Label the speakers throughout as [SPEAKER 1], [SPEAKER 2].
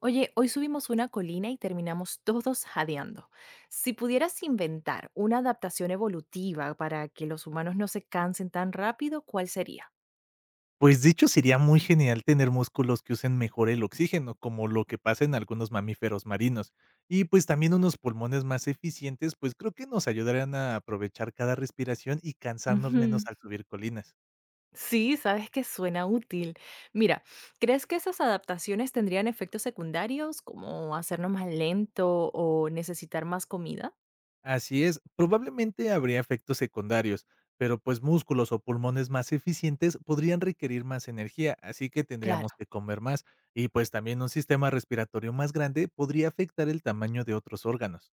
[SPEAKER 1] Oye, hoy subimos una colina y terminamos todos jadeando. Si pudieras inventar una adaptación evolutiva para que los humanos no se cansen tan rápido, ¿cuál sería?
[SPEAKER 2] Pues, de hecho, sería muy genial tener músculos que usen mejor el oxígeno, como lo que pasa en algunos mamíferos marinos. Y, pues, también unos pulmones más eficientes, pues, creo que nos ayudarían a aprovechar cada respiración y cansarnos menos
[SPEAKER 1] Ujú.
[SPEAKER 2] al subir colinas.
[SPEAKER 1] Sí, sabes que suena útil. Mira, ¿crees que esas adaptaciones tendrían efectos secundarios como hacernos más lento o necesitar más comida?
[SPEAKER 2] Así es, probablemente habría efectos secundarios, pero, pues, músculos o pulmones más eficientes podrían requerir más energía, así que tendríamos
[SPEAKER 1] Claro.
[SPEAKER 2] que comer más. Y, pues, también un sistema respiratorio más grande podría afectar el tamaño de otros órganos.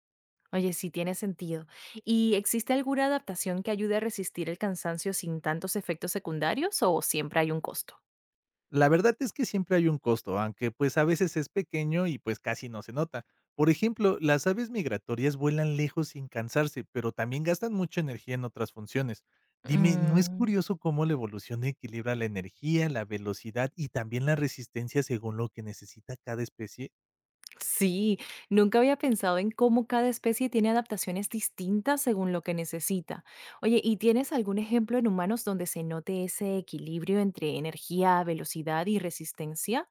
[SPEAKER 1] Oye, sí tiene sentido. ¿Y existe alguna adaptación que ayude a resistir el cansancio sin tantos efectos secundarios o siempre hay un costo?
[SPEAKER 2] La verdad es que siempre hay un costo, aunque pues a veces es pequeño y pues casi no se nota. Por ejemplo, las aves migratorias vuelan lejos sin cansarse, pero también gastan mucha energía en otras funciones. Dime, ¿no es
[SPEAKER 1] Mm,
[SPEAKER 2] curioso cómo la evolución equilibra la energía, la velocidad y también la resistencia según lo que necesita cada especie?
[SPEAKER 1] Sí, nunca había pensado en cómo cada especie tiene adaptaciones distintas según lo que necesita. Oye, ¿y tienes algún ejemplo en humanos donde se note ese equilibrio entre energía, velocidad y resistencia?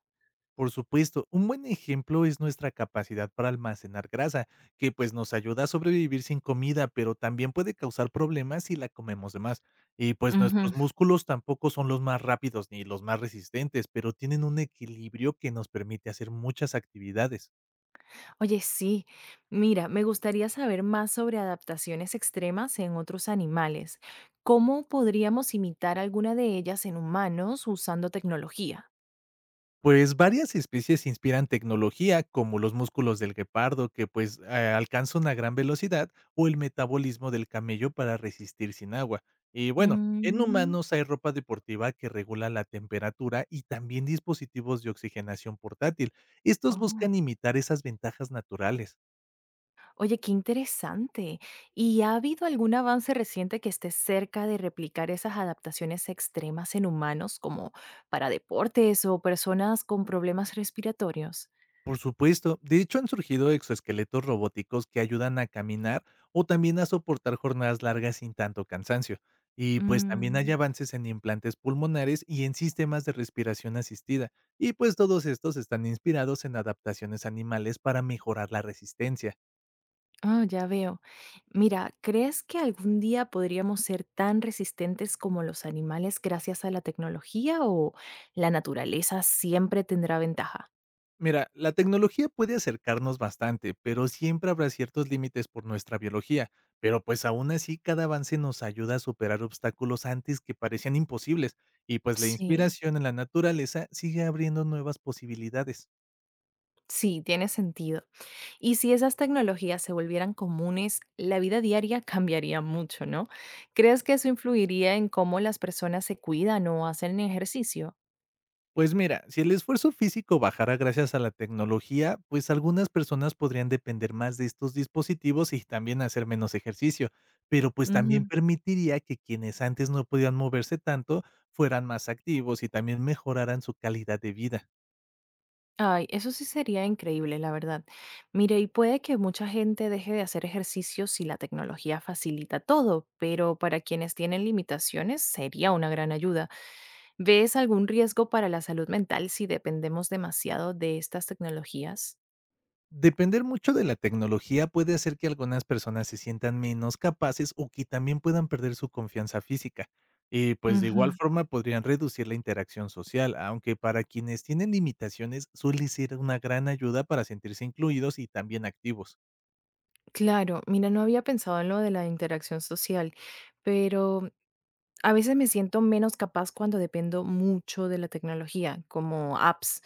[SPEAKER 2] Por supuesto, un buen ejemplo es nuestra capacidad para almacenar grasa, que pues nos ayuda a sobrevivir sin comida, pero también puede causar problemas si la comemos de más. Y pues
[SPEAKER 1] Ujú.
[SPEAKER 2] nuestros músculos tampoco son los más rápidos ni los más resistentes, pero tienen un equilibrio que nos permite hacer muchas actividades.
[SPEAKER 1] Oye, sí. Mira, me gustaría saber más sobre adaptaciones extremas en otros animales. ¿Cómo podríamos imitar alguna de ellas en humanos usando tecnología?
[SPEAKER 2] Pues varias especies inspiran tecnología, como los músculos del guepardo, que pues alcanza una gran velocidad, o el metabolismo del camello para resistir sin agua. Y bueno, en
[SPEAKER 1] Mm,
[SPEAKER 2] humanos hay ropa deportiva que regula la temperatura y también dispositivos de oxigenación portátil. Estos buscan
[SPEAKER 1] oh.
[SPEAKER 2] imitar esas ventajas naturales.
[SPEAKER 1] Oye, qué interesante. ¿Y ha habido algún avance reciente que esté cerca de replicar esas adaptaciones extremas en humanos, como para deportes o personas con problemas respiratorios?
[SPEAKER 2] Por supuesto, de hecho han surgido exoesqueletos robóticos que ayudan a caminar o también a soportar jornadas largas sin tanto cansancio. Y pues también hay
[SPEAKER 1] Mm,
[SPEAKER 2] avances en implantes pulmonares y en sistemas de respiración asistida. Y pues todos estos están inspirados en adaptaciones animales para mejorar la resistencia.
[SPEAKER 1] ah, ya veo. Mira, ¿crees que algún día podríamos ser tan resistentes como los animales gracias a la tecnología o la naturaleza siempre tendrá ventaja?
[SPEAKER 2] Mira, la tecnología puede acercarnos bastante, pero siempre habrá ciertos límites por nuestra biología. Pero pues aún así, cada avance nos ayuda a superar obstáculos antes que parecían imposibles. Y pues la
[SPEAKER 1] Sí,
[SPEAKER 2] inspiración en la naturaleza sigue abriendo nuevas posibilidades.
[SPEAKER 1] sí, tiene sentido. Y si esas tecnologías se volvieran comunes, la vida diaria cambiaría mucho, ¿no? ¿Crees que eso influiría en cómo las personas se cuidan o hacen ejercicio?
[SPEAKER 2] Pues mira, si el esfuerzo físico bajara gracias a la tecnología, pues algunas personas podrían depender más de estos dispositivos y también hacer menos ejercicio, pero pues también
[SPEAKER 1] Ujú.
[SPEAKER 2] permitiría que quienes antes no podían moverse tanto fueran más activos y también mejoraran su calidad de vida.
[SPEAKER 1] Ay, eso sí sería increíble, la verdad. Mire, y puede que mucha gente deje de hacer ejercicio si la tecnología facilita todo, pero para quienes tienen limitaciones sería una gran ayuda. ¿Ves algún riesgo para la salud mental si dependemos demasiado de estas tecnologías?
[SPEAKER 2] Depender mucho de la tecnología puede hacer que algunas personas se sientan menos capaces o que también puedan perder su confianza física. Y pues de
[SPEAKER 1] Ujú.
[SPEAKER 2] igual forma podrían reducir la interacción social, aunque para quienes tienen limitaciones suele ser una gran ayuda para sentirse incluidos y también activos.
[SPEAKER 1] Claro, mira, no había pensado en lo de la interacción social, pero a veces me siento menos capaz cuando dependo mucho de la tecnología, como apps.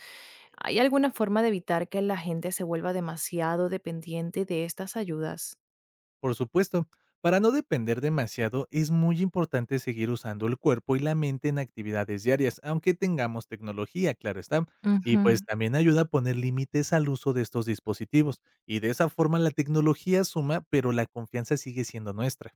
[SPEAKER 1] ¿Hay alguna forma de evitar que la gente se vuelva demasiado dependiente de estas ayudas?
[SPEAKER 2] Por supuesto, para no depender demasiado es muy importante seguir usando el cuerpo y la mente en actividades diarias, aunque tengamos tecnología, claro está. Y
[SPEAKER 1] Ujú.
[SPEAKER 2] pues también ayuda a poner límites al uso de estos dispositivos. Y de esa forma la tecnología suma, pero la confianza sigue siendo nuestra.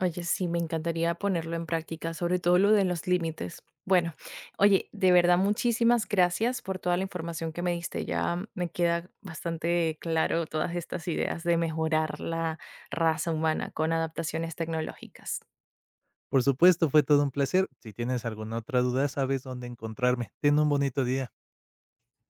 [SPEAKER 1] Oye, sí, me encantaría ponerlo en práctica, sobre todo lo de los límites. Bueno, oye, de verdad, muchísimas gracias por toda la información que me diste. Ya me queda bastante claro todas estas ideas de mejorar la raza humana con adaptaciones tecnológicas.
[SPEAKER 2] Por supuesto, fue todo un placer. Si tienes alguna otra duda, sabes dónde encontrarme. Ten un bonito día.